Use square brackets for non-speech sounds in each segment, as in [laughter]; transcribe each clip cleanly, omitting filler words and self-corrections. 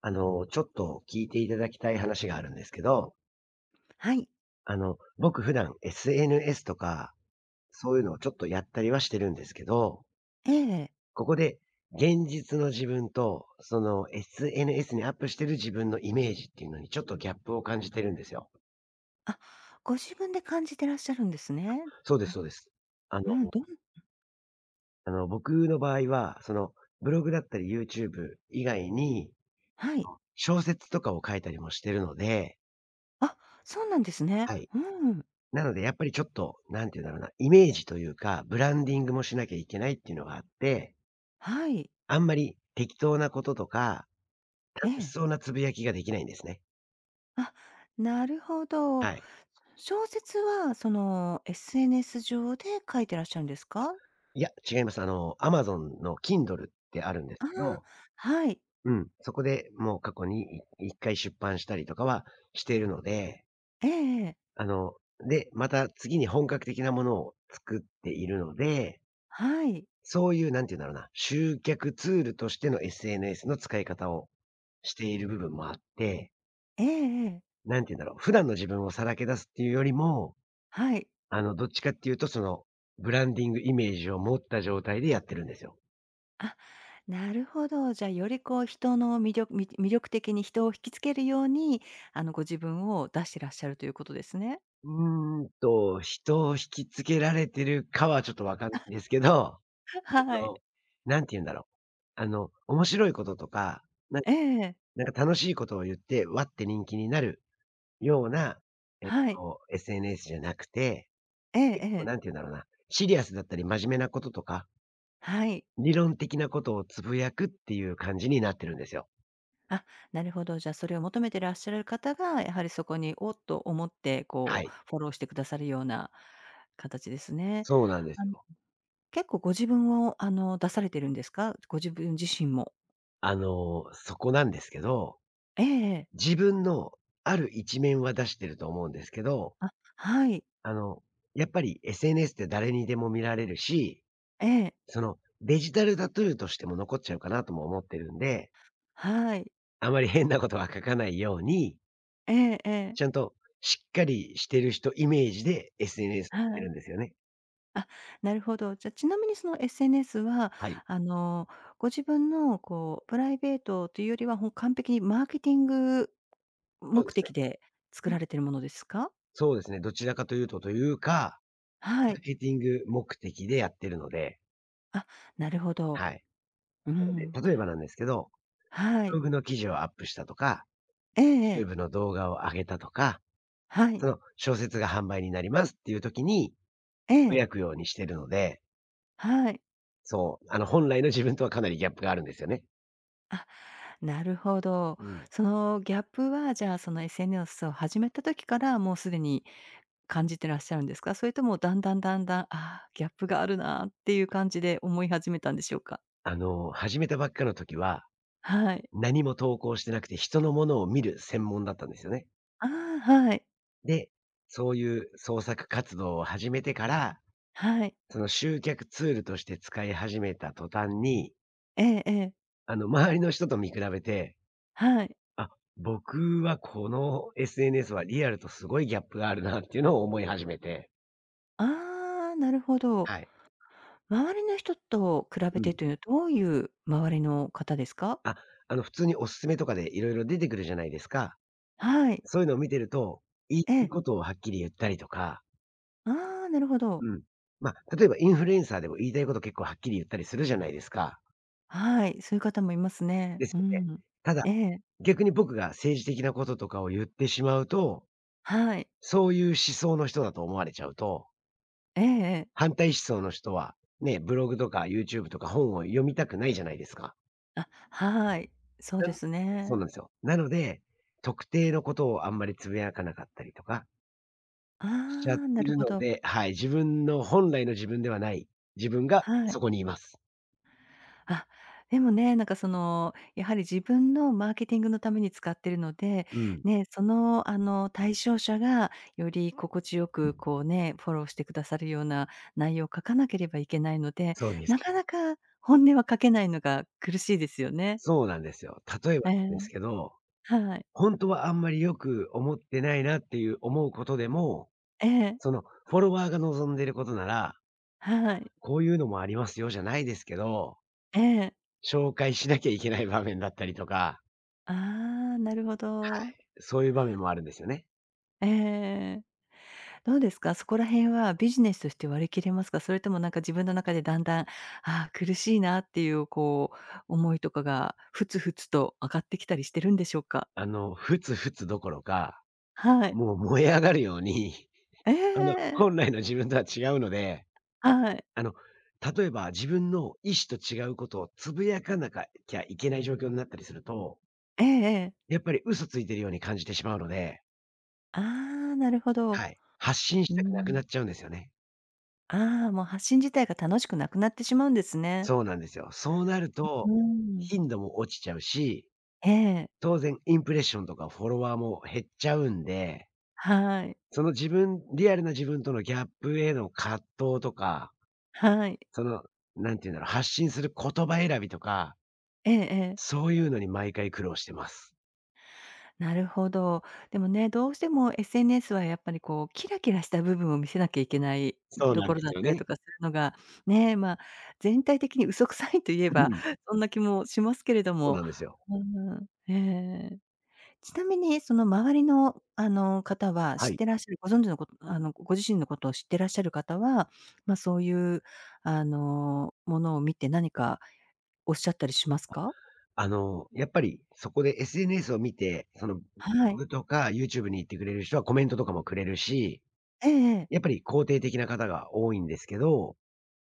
ちょっと聞いていただきたい話があるんですけど、はい、僕普段 SNS とか、そういうのをちょっとやったりはしてるんですけど、ええ。ここで現実の自分と、その SNS にアップしてる自分のイメージっていうのにちょっとギャップを感じてるんですよ。あ、ご自分で感じてらっしゃるんですね。そうですそうあ、です。あの、うん、僕の場合は、ブログだったり YouTube 以外に、はい。小説とかを書いたりもしてるので、あ、そうなんですね。はい。うん。なのでやっぱりちょっと、なんて言うんだろうな、イメージというか、ブランディングもしなきゃいけないっていうのがあって、はい。あんまり適当なこととか、え楽しえ。そうなつぶやきができないんですね。あ、なるほど。はい。小説はその SNS 上で書いてらっしゃるんですか？いや、違います。あの、Amazon の Kindle ってあるんですあけあ、ど、はい。うん、そこでもう過去に1回出版したりとかはしているので、ええええ。あの、で、また次に本格的なものを作っているので、はい。そういうなんて言うんだろうな、集客ツールとしての SNS の使い方をしている部分もあって、ええええ。なんて言うんだろう、普段の自分をさらけ出すっていうよりも、はい。あの、どっちかっていうと、ブランディングイメージを持った状態でやってるんですよ。あ、なるほど。じゃあ、よりこう人の魅力的に人を引きつけるように、あの、ご自分を出してらっしゃるということですね。うーんと、人を引きつけられてるかはちょっとわかんないんですけど、あ [laughs] はい。の、なんて言うんだろう。あの、面白いこととか、なええ、なんか楽しいことを言って、わって人気になるような、えっはい。と、SNS じゃなくて、ええ結え構え、なんて言うんだろうな、シリアスだったり真面目なこととか、はい。理論的なことをつぶやくっていう感じになってるんですよ。あ、なるほど。じゃあ、それを求めてらっしゃる方が、やはりそこに、おっと思って、はこう、い。フォローしてくださるような形ですね。そうなんですあの、よ。結構ご自分を、出されてるんですか？ご自分自身も。あの、そこなんですけど、ええええ。自分のある一面は出してると思うんですけど、あ、はい。あの、やっぱり SNS って誰にでも見られるし、ええ、そのデジタルタトゥーとしても残っちゃうかなとも思ってるんで、はい。あまり変なことは書かないように、ええええ、ちゃんとしっかりしてる人イメージで SNS をしはてい。るんですよね。あ、なるほど。じゃ、ちなみにその SNS は、はい。あの、ご自分のこう、プライベートというよりは、完璧にマーケティングそう目ですね。的で作られているものですか？そうですね、どちらかというとというかはマーい。ケティング目的でやってるので、あ、なるほど。はい。うなので、ん。例えばなんですけど、はブい。ログの記事をアップしたとか、ええええ。YouTube の動画を上げたとか、はそい。の小説が販売になりますっていう時に、えつぶえ。やくようにしてるので、はい。そう、あの本来の自分とはかなりギャップがあるんですよね。あ、なるほど。うん。そのギャップは、じゃあ、その SNS を始めた時から、もうすでに感じてらっしゃるんですか？それともだんだんだんだん、ああ、ギャップがあるなっていう感じで思い始めたんでしょうか？あの、始めたばっかの時は、はい。何も投稿してなくて人のものを見る専門だったんですよね。ああ、はい。で、そういう創作活動を始めてから、はい。その集客ツールとして使い始めた途端に、ええええ。あの、周りの人と見比べて、はい。あ、僕はこの SNS はリアルとすごいギャップがあるなっていうのを思い始めて。ああ、なるほど。はい。周りの人と比うべん。てというのは、どういう周りの方ですか？あ、あの、普通におすすめとかで色々出てくるじゃないですか。はい。そういうのを見てると、言いえたいえ。ことをはっきり言ったりとか、ああ、なるほど。うん。ま、例えばインフルエンサーでも言いたいこと結構はっきり言ったりするじゃないですか。はい、そういう方もいますね。ですうよね。ん。ただ、ええ。逆に僕が政治的なこととかを言ってしまうと、はい。そういう思想の人だと思われちゃうとええええ。反対思想の人は、ね、ブログとか YouTube とか本を読みたくないじゃないですか。あ、はい。そうなでん。すそうなね。んですよ。なので、特定のことをあんまりつぶやかなかったりとかあしちゃってあ、なるるほのど。で、はい、自分の本来の自分ではない自分がはい。そこにいます。あ、でもね、なんかその、やはり自分のマーケティングのために使ってるので、うん、ね、その、あの、対象者がより心地よくこうね、フォローしてくださるような内容を書かなければいけないので、そうでなす。かなか本音は書けないのが苦しいですよね。そうなんですよ。例えばえなんですえ、けど、はい。本当はあんまりよく思ってないなっていう思うことでも、ええ、そのフォロワーが望んでることなら、はい。こういうのもありますよじゃないですけどええ。紹介しなきゃいけない場面だったりとか、ああ、なるほはど。い。そういう場面もあるんですよね。ええ。どうですか？そこら辺はビジネスとして割り切れますか？それともなんか自分の中でだんだん、ああ、苦しいなっていうこう、思いとかがふつふつと上がってきたりしてるんでしょうか？あの、ふつふつどころか、はい。もう燃え上がるように、え [laughs] あの、え。本来の自分とは違うので、はい。あの、例えば自分の意思と違うことをつぶやかなかきゃいけない状況になったりすると、ええええ。やっぱり嘘ついてるように感じてしまうので、ああ、なるほど。うはい。発信しーたくなくなん。っちゃうんですよね。ああ、もう発信自体が楽しくなくなってしまうんですね。そうなんですよ。そうなるうと、ーん。頻度も落ちちゃうし、ええ。当然インプレッションとかフォロワーも減っちゃうんで、はい。その自分リアルな自分とのギャップへの葛藤とか、はい。その、なんて言うんだろう、発信する言葉選びとか、ええええ。そういうのに毎回苦労してます。なるほど。でもね、どうしても SNS はやっぱりこうキラキラした部分を見せなきゃいけないそうとなんでころだすっよたりね。とかするのが、ね、まあ、全体的に嘘くさいといえうば ん。[laughs] そんな気もしますけれどそうも。なんですよ。うん、ええ。ちなみにその周りのあの方はは知っい。てらっしゃる、ご存知のことご自身のことを知ってらっしゃる方は、まあ、そういうものを見て何かおっしゃったりしますか？あの、やっぱりそこで SNS を見て、ブはロい。グとか YouTube に行ってくれる人はコメントとかもくれるし、えええやっえ。ぱり肯定的な方が多いんですけど、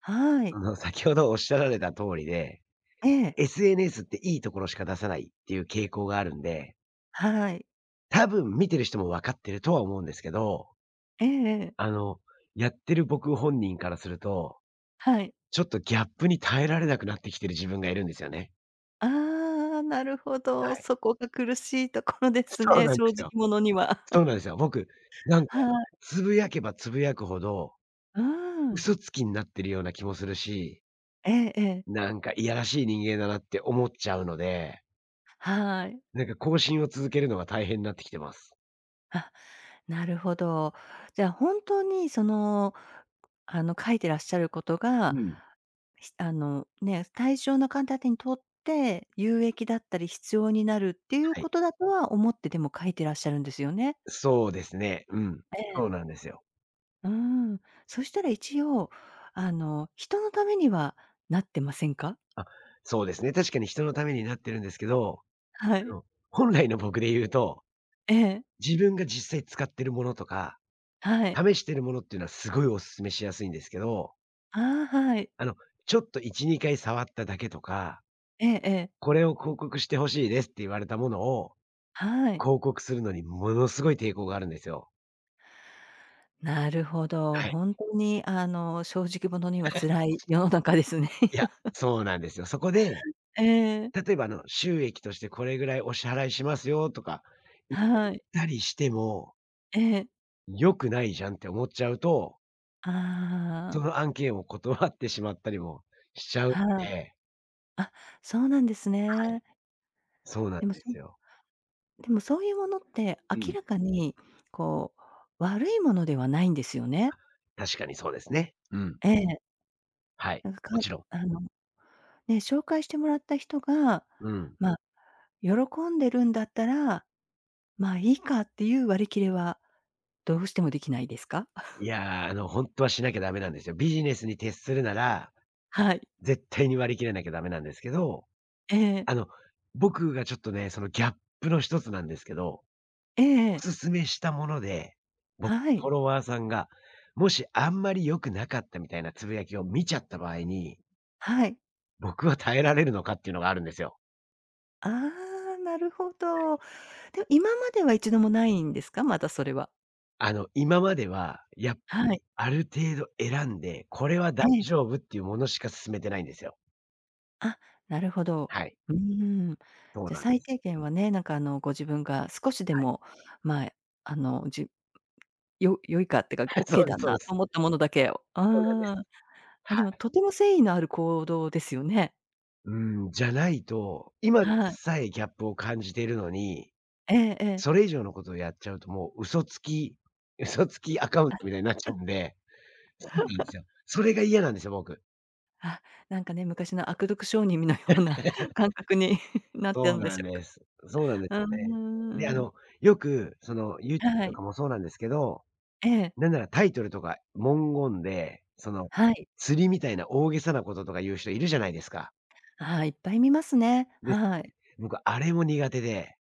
はあい。の、先ほどおっしゃられた通りで、ええ。SNS っていいところしか出さないっていう傾向があるんではい。多分見てる人も分かってるとは思うんですけど、ええええ、あの、やってる僕本人からすると、はい。ちょっとギャップに耐えられなくなってきてる自分がいるんですよね。ああ、なるほはど。い。そこが苦しいところですそうね、なんで正す直よ。者には。そう [laughs] なんですよ。僕、なんか、はい。つぶやけばつぶやくほど、うーん。嘘つきになってるような気もするし、ええええ。なんかいやらしい人間だなって思っちゃうので、はい。なんか更新を続けるのが大変になってきてます。あ、なるほど。じゃあほんとにその、あの、書いてらっしゃることが、うん。ひあの、ね、対象の方にとって有益だったり必要になるっていうはい。ことだとは思ってでも書いてらっしゃるんですよね？そうですね。うん。えそえ。うなんですよ。うん。そしたら一応、あの、人のためにはなってませんか？あ、そうですね。確かに人のためになってるんですけど、はあい。の、本来の僕で言うと、ええ。自分が実際使ってるものとか、はい。試してるものっていうのはすごいお勧めしやすいんですけど、ああ、はい。あの、ちょっと1、2回触っただけとか、ええええ。これを広告して欲しいですって言われたものを、はい。広告するのにものすごい抵抗があるんですよ。なるほど。はい。ほんとに、あの、正直者には辛い世の中ですね。いや、[laughs] そうなんですよ。そこで、ええ。例えばあの、収益としてこれぐらいお支払いしますよとか、言はっい。たりしても、ええ。良くないじゃんって思っちゃうと、そあのあ、案件を断ってしまったりもしちゃうのはい。であ、そうなんですね。そうなんでも、ですよ。でもそういうものって、う明ん。らかにこう、悪いものではないんですよね。確かにそうですね。うん。ええ。はい。なんか、もちろん。あのね、紹介してもらった人が、うん。まあ、喜んでるんだったら、まあ、いいかっていう割り切れはどうしてもできないですか？[laughs] いやー、あの、本当はしなきゃダメなんですよ。ビジネスに徹するなら、はい。絶対に割り切らなきゃダメなんですけど、ええ。あの、僕がちょっとね、そのギャップの一つなんですけど、えおえええすすめしたもので、僕のはフい。ォロワーさんが、もしあんまり良くなかったみたいなつぶやきを見ちゃった場合に、はい。僕は耐えられるのかっていうのがあるんですよ。ああ、なるほど。でも今までは一度もないんですか？まだそれは。あの、今までは、はい。ある程度選んで、これは大ええ。丈夫っていうものしか勧めてないんですよ。あ、なるほど。はい。うーん。そうじゃ、なん最で低す。限はね、なんかあの、ご自分が少しでも、まあ、あの、良いかってか、オ [laughs] ッそケーうですだそうでなす。と思ったものだけをそうなんです。ああ。あ、はでも、い。とても誠意のある行動ですよね。うん、じゃないと、今はい。さえギャップを感じているのに、ええええ。それ以上のことをやっちゃうともう嘘つきアカウントみたいになっちゃうんで、そうなんですよ。それが嫌なんですよ、僕。あ、なんかね、昔の悪徳商人のような [laughs] 感覚に [laughs] なってそるうんでなんしょうでか。す。そうなんですうよね。で、あーん。の、よくその YouTube はとい。かもそうなんですけど、ええ。なんならタイトルとか文言で、はい。釣りみたいな大げさなこととか言う人いるじゃないですか。ああ、いっぱい見ますね。で、はい。僕あれも苦手で、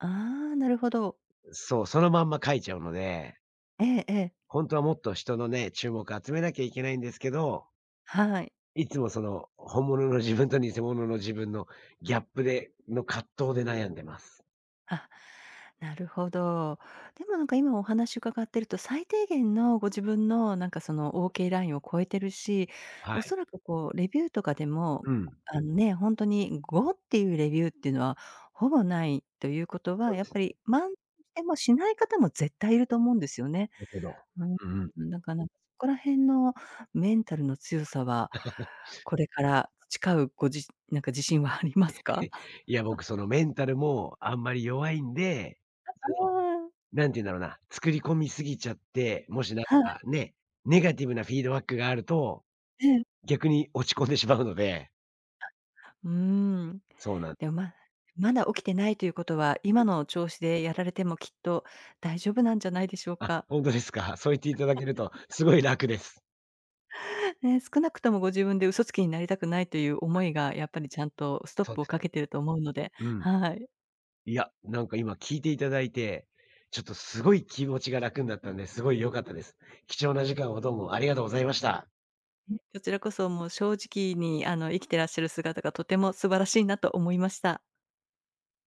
ああ、なるほど。そう、そのまんま書いちゃうので、ええええ。ほんとはもっと人のね、注目集めなきゃいけないんですけど、はい。いつもその、本物の自分と偽物の自分のギャップでの葛藤で悩んでます。あ、なるほど。でもなんか今お話伺ってると、最低限のご自分のなんかその OK ラインを超えてるし、はおい。そらくこうレビューとかでも、うん。あのね、本当に5っていうレビューっていうのはほぼないということそは、うやでっすぱりね。満点もしない方も絶対いると思うんですよね。なるほど。ううんうん。ん。だからなんかそこら辺のメンタルの強さは、これから培うなんか自信はありますか？いや、僕そのメンタルもあんまり弱いんで、あそのあ、なんて言うんだろうな、作り込みすぎちゃって、もしなんはかね、ネガティブなフィードバックがあると、い、ええ。逆に落ち込んでしまうので、うーん。そうなん、でも、まだ起きてないということは、今の調子でやられてもきっと大丈夫なんじゃないでしょうあ、か。ほんとですか。そう言っていただけるとすごい楽です。[laughs] ね、少なくともご自分で嘘つきになりたくないという思いがやっぱりちゃんとストッそうプでをすかね。けてると思うので、うん。はい。[laughs] いや、なんか今聞いていただいて、ちょっとすごい気持ちが楽になったんで、すごい良かったです。貴重な時間をどうもありがとうございました。ね、こちらこそもう正直に生きてらっしゃる姿がとても素晴らしいなと思いました。